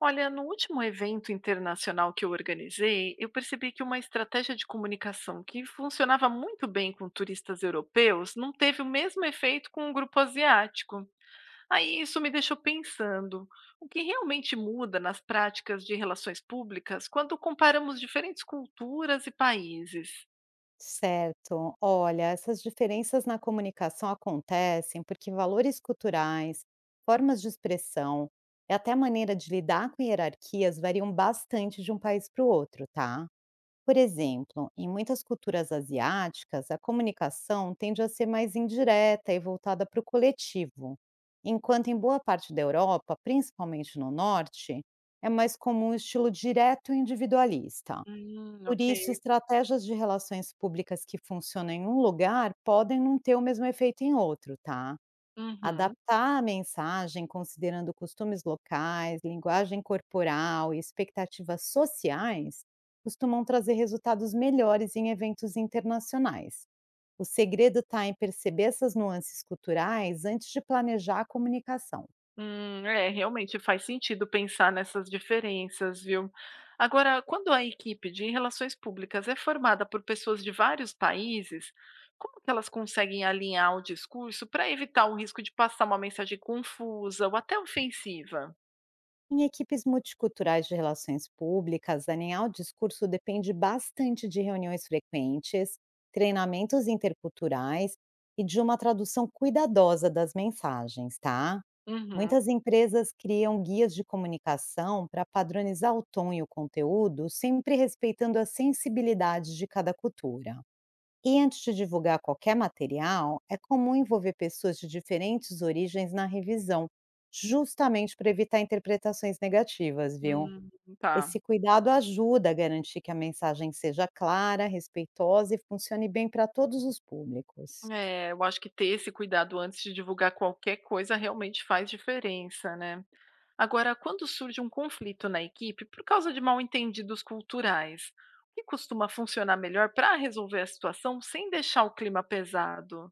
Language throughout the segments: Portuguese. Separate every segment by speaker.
Speaker 1: Olha, no último evento internacional que eu organizei, eu percebi que uma estratégia de comunicação que funcionava muito bem com turistas europeus não teve o mesmo efeito com o grupo asiático. Aí isso me deixou pensando, o que realmente muda nas práticas de relações públicas quando comparamos diferentes culturas e países?
Speaker 2: Certo. Olha, essas diferenças na comunicação acontecem porque valores culturais, formas de expressão e até a maneira de lidar com hierarquias variam bastante de um país para o outro, tá? Por exemplo, em muitas culturas asiáticas, a comunicação tende a ser mais indireta e voltada para o coletivo, enquanto em boa parte da Europa, principalmente no norte, é mais comum o estilo direto e individualista. Por
Speaker 1: Ok.
Speaker 2: isso, estratégias de relações públicas que funcionam em um lugar podem não ter o mesmo efeito em outro, tá?
Speaker 1: Uhum.
Speaker 2: Adaptar a mensagem considerando costumes locais, linguagem corporal e expectativas sociais costumam trazer resultados melhores em eventos internacionais. O segredo está em perceber essas nuances culturais antes de planejar a comunicação.
Speaker 1: É, realmente faz sentido pensar nessas diferenças, viu? Agora, quando a equipe de relações públicas é formada por pessoas de vários países, como que elas conseguem alinhar o discurso para evitar o risco de passar uma mensagem confusa ou até ofensiva?
Speaker 2: Em equipes multiculturais de relações públicas, alinhar o discurso depende bastante de reuniões frequentes, treinamentos interculturais e de uma tradução cuidadosa das mensagens, tá?
Speaker 1: Uhum.
Speaker 2: Muitas empresas criam guias de comunicação para padronizar o tom e o conteúdo, sempre respeitando a sensibilidade de cada cultura. E antes de divulgar qualquer material, é comum envolver pessoas de diferentes origens na revisão, justamente para evitar interpretações negativas, viu?
Speaker 1: Hum, tá.
Speaker 2: Esse cuidado ajuda a garantir que a mensagem seja clara, respeitosa e funcione bem para todos os públicos.
Speaker 1: É, eu acho que ter esse cuidado antes de divulgar qualquer coisa realmente faz diferença, né? Agora, quando surge um conflito na equipe por causa de mal-entendidos culturais, o que costuma funcionar melhor para resolver a situação sem deixar o clima pesado?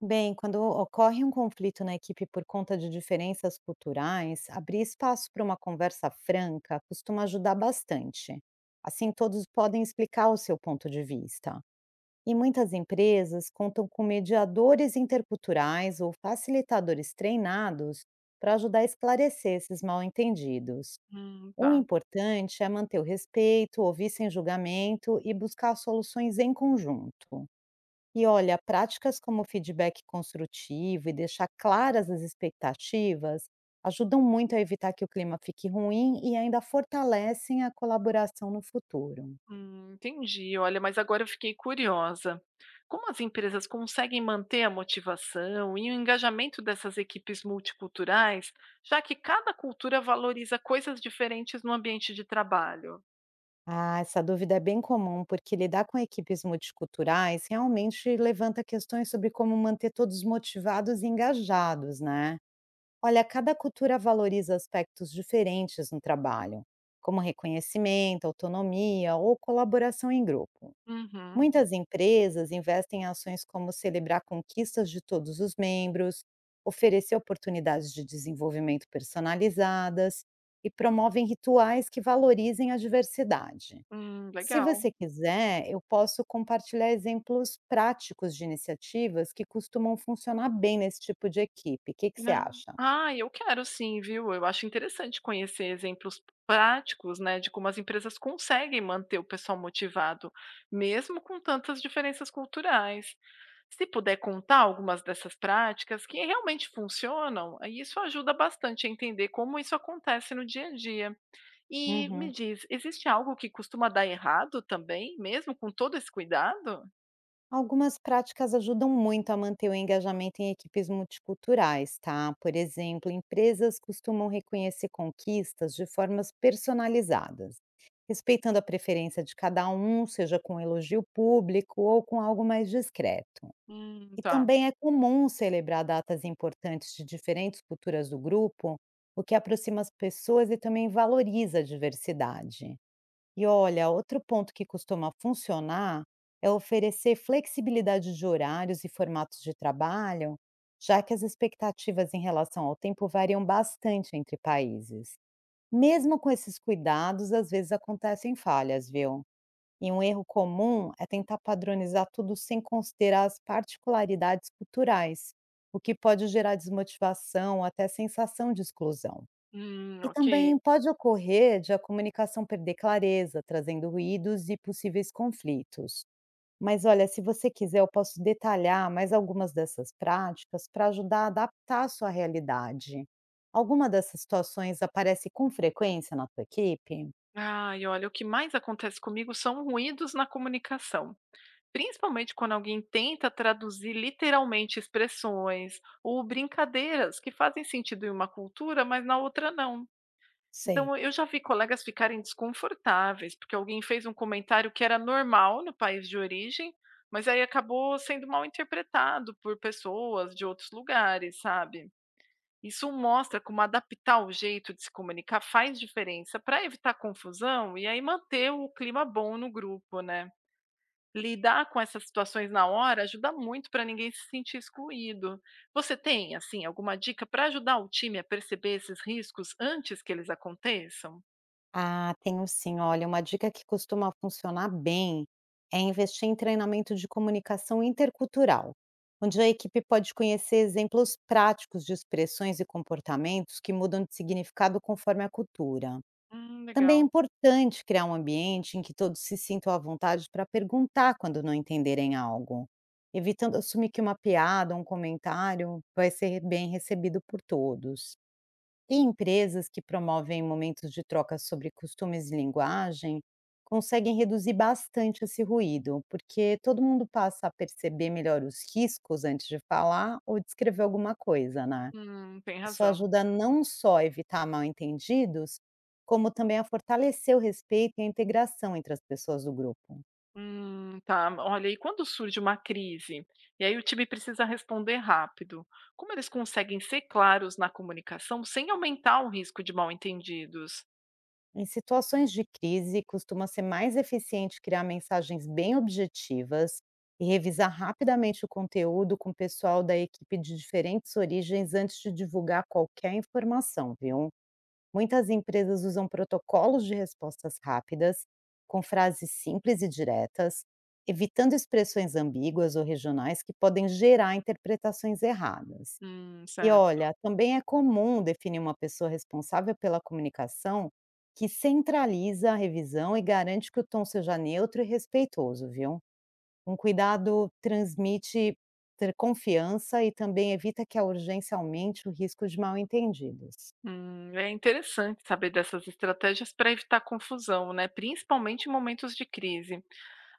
Speaker 2: Bem, quando ocorre um conflito na equipe por conta de diferenças culturais, abrir espaço para uma conversa franca costuma ajudar bastante. Assim, todos podem explicar o seu ponto de vista. E muitas empresas contam com mediadores interculturais ou facilitadores treinados para ajudar a esclarecer esses mal-entendidos. O
Speaker 1: Tá.
Speaker 2: importante é manter o respeito, ouvir sem julgamento e buscar soluções em conjunto. E olha, práticas como feedback construtivo e deixar claras as expectativas ajudam muito a evitar que o clima fique ruim e ainda fortalecem a colaboração no futuro.
Speaker 1: Entendi. Olha, mas agora eu fiquei curiosa. Como as empresas conseguem manter a motivação e o engajamento dessas equipes multiculturais, já que cada cultura valoriza coisas diferentes no ambiente de trabalho?
Speaker 2: Ah, essa dúvida é bem comum, porque lidar com equipes multiculturais realmente levanta questões sobre como manter todos motivados e engajados, né? Olha, cada cultura valoriza aspectos diferentes no trabalho, como reconhecimento, autonomia ou colaboração em grupo.
Speaker 1: Uhum.
Speaker 2: Muitas empresas investem em ações como celebrar conquistas de todos os membros, oferecer oportunidades de desenvolvimento personalizadas e promovem rituais que valorizem a diversidade. Se
Speaker 1: Legal.
Speaker 2: você quiser, eu posso compartilhar exemplos práticos de iniciativas que costumam funcionar bem nesse tipo de equipe. O que que você
Speaker 1: Ah,
Speaker 2: acha?
Speaker 1: ah, eu quero sim, viu. Eu acho interessante conhecer exemplos práticos, né, de como as empresas conseguem manter o pessoal motivado, mesmo com tantas diferenças culturais. Se puder contar algumas dessas práticas que realmente funcionam, aí isso ajuda bastante a entender como isso acontece no dia a dia. E me
Speaker 2: Uhum.
Speaker 1: diz, existe algo que costuma dar errado também, mesmo com todo esse cuidado?
Speaker 2: Algumas práticas ajudam muito a manter o engajamento em equipes multiculturais, tá? Por exemplo, empresas costumam reconhecer conquistas de formas personalizadas, respeitando a preferência de cada um, seja com elogio público ou com algo mais discreto. E
Speaker 1: Tá.
Speaker 2: também é comum celebrar datas importantes de diferentes culturas do grupo, o que aproxima as pessoas e também valoriza a diversidade. E olha, outro ponto que costuma funcionar é oferecer flexibilidade de horários e formatos de trabalho, já que as expectativas em relação ao tempo variam bastante entre países. Mesmo com esses cuidados, às vezes acontecem falhas, viu? E um erro comum é tentar padronizar tudo sem considerar as particularidades culturais, o que pode gerar desmotivação, até sensação de exclusão. E
Speaker 1: Ok.
Speaker 2: também pode ocorrer de a comunicação perder clareza, trazendo ruídos e possíveis conflitos. Mas olha, se você quiser, eu posso detalhar mais algumas dessas práticas para ajudar a adaptar a sua realidade. Alguma dessas situações aparece com frequência na tua equipe?
Speaker 1: Ai, olha, o que mais acontece comigo são ruídos na comunicação, principalmente quando alguém tenta traduzir literalmente expressões ou brincadeiras que fazem sentido em uma cultura, mas na outra não.
Speaker 2: Sei.
Speaker 1: Então, eu já vi colegas ficarem desconfortáveis porque alguém fez um comentário que era normal no país de origem, mas aí acabou sendo mal interpretado por pessoas de outros lugares, sabe? Isso mostra como adaptar o jeito de se comunicar faz diferença para evitar confusão e aí manter o clima bom no grupo, né? Lidar com essas situações na hora ajuda muito para ninguém se sentir excluído. Você tem, assim, alguma dica para ajudar o time a perceber esses riscos antes que eles aconteçam?
Speaker 2: Ah, tenho sim. Olha, uma dica que costuma funcionar bem é investir em treinamento de comunicação intercultural, onde a equipe pode conhecer exemplos práticos de expressões e comportamentos que mudam de significado conforme a cultura. Também é
Speaker 1: Legal.
Speaker 2: importante criar um ambiente em que todos se sintam à vontade para perguntar quando não entenderem algo, evitando assumir que uma piada ou um comentário vai ser bem recebido por todos. E empresas que promovem momentos de troca sobre costumes e linguagem conseguem reduzir bastante esse ruído, porque todo mundo passa a perceber melhor os riscos antes de falar ou de escrever alguma coisa, né?
Speaker 1: Tem
Speaker 2: Isso
Speaker 1: razão.
Speaker 2: ajuda não só a evitar mal-entendidos, como também a fortalecer o respeito e a integração entre as pessoas do grupo.
Speaker 1: Tá. Olha, e quando surge uma crise, e aí o time precisa responder rápido, como eles conseguem ser claros na comunicação sem aumentar o risco de mal-entendidos?
Speaker 2: Em situações de crise, costuma ser mais eficiente criar mensagens bem objetivas e revisar rapidamente o conteúdo com o pessoal da equipe de diferentes origens antes de divulgar qualquer informação, viu? Muitas empresas usam protocolos de respostas rápidas, com frases simples e diretas, evitando expressões ambíguas ou regionais que podem gerar interpretações erradas. E
Speaker 1: Certo.
Speaker 2: olha, também é comum definir uma pessoa responsável pela comunicação que centraliza a revisão e garante que o tom seja neutro e respeitoso, viu? Um cuidado transmite ter confiança e também evita que a urgência aumente o risco de mal-entendidos.
Speaker 1: É interessante saber dessas estratégias para evitar confusão, né? Principalmente em momentos de crise.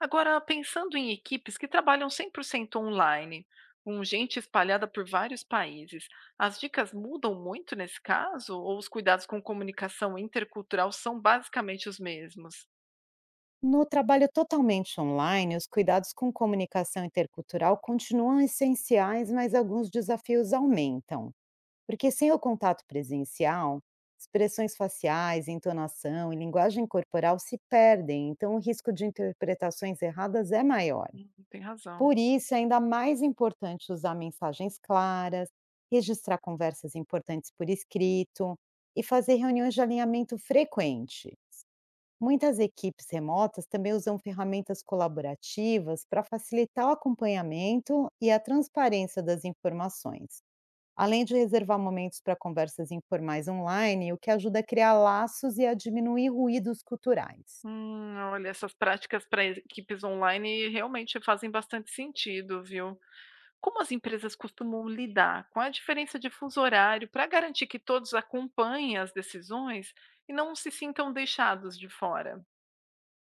Speaker 1: Agora, pensando em equipes que trabalham 100% online, com gente espalhada por vários países, as dicas mudam muito nesse caso? Ou os cuidados com comunicação intercultural são basicamente os mesmos?
Speaker 2: No trabalho totalmente online, os cuidados com comunicação intercultural continuam essenciais, mas alguns desafios aumentam. Porque sem o contato presencial, expressões faciais, entonação e linguagem corporal se perdem, então o risco de interpretações erradas é maior.
Speaker 1: Tem razão.
Speaker 2: Por isso, é ainda mais importante usar mensagens claras, registrar conversas importantes por escrito e fazer reuniões de alinhamento frequente. Muitas equipes remotas também usam ferramentas colaborativas para facilitar o acompanhamento e a transparência das informações. Além de reservar momentos para conversas informais online, o que ajuda a criar laços e a diminuir ruídos culturais.
Speaker 1: Olha, essas práticas para equipes online realmente fazem bastante sentido, viu? Como as empresas costumam lidar com a diferença de fuso horário para garantir que todos acompanhem as decisões e não se sintam deixados de fora?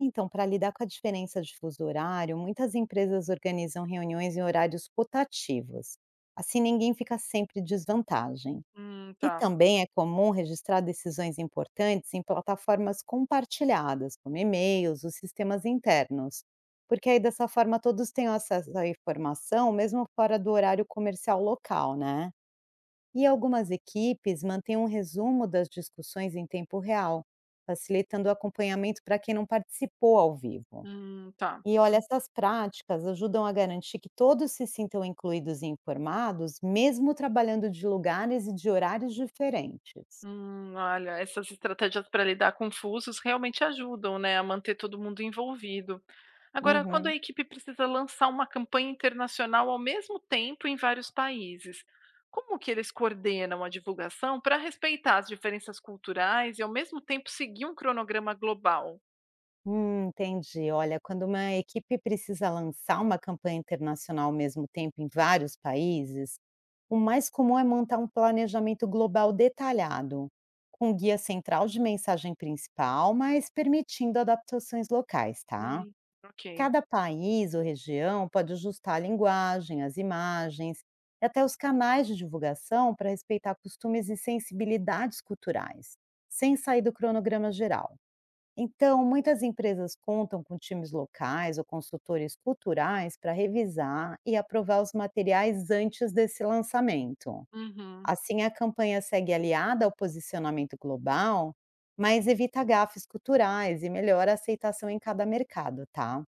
Speaker 2: Então, para lidar com a diferença de fuso horário, muitas empresas organizam reuniões em horários rotativos. Assim, ninguém fica sempre em desvantagem. E
Speaker 1: Tá.
Speaker 2: também é comum registrar decisões importantes em plataformas compartilhadas, como e-mails ou sistemas internos, porque aí dessa forma todos têm acesso à informação, mesmo fora do horário comercial local, né? E algumas equipes mantêm um resumo das discussões em tempo real, facilitando o acompanhamento para quem não participou ao vivo.
Speaker 1: Tá.
Speaker 2: E olha, essas práticas ajudam a garantir que todos se sintam incluídos e informados, mesmo trabalhando de lugares e de horários diferentes.
Speaker 1: Olha, essas estratégias para lidar com fusos realmente ajudam, né, a manter todo mundo envolvido. Agora, quando a
Speaker 2: Uhum.
Speaker 1: equipe precisa lançar uma campanha internacional ao mesmo tempo em vários países, como que eles coordenam a divulgação para respeitar as diferenças culturais e ao mesmo tempo seguir um cronograma global?
Speaker 2: Entendi. Olha, quando uma equipe precisa lançar uma campanha internacional ao mesmo tempo em vários países, o mais comum é montar um planejamento global detalhado, com um guia central de mensagem principal, mas permitindo adaptações locais, tá?
Speaker 1: Hum, ok.
Speaker 2: Cada país ou região pode ajustar a linguagem, as imagens e até os canais de divulgação para respeitar costumes e sensibilidades culturais, sem sair do cronograma geral. Então, muitas empresas contam com times locais ou consultores culturais para revisar e aprovar os materiais antes desse lançamento.
Speaker 1: Uhum,
Speaker 2: Assim, a campanha segue aliada ao posicionamento global, mas evita gafes culturais e melhora a aceitação em cada mercado, tá?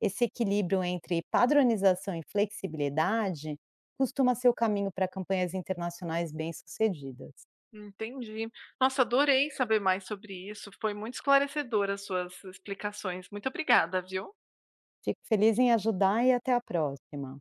Speaker 2: Esse equilíbrio entre padronização e flexibilidade costuma ser o caminho para campanhas internacionais bem-sucedidas.
Speaker 1: entendi. Nossa, adorei saber mais sobre isso. Foi muito esclarecedor as suas explicações. Muito obrigada, viu?
Speaker 2: Fico feliz em ajudar e até a próxima.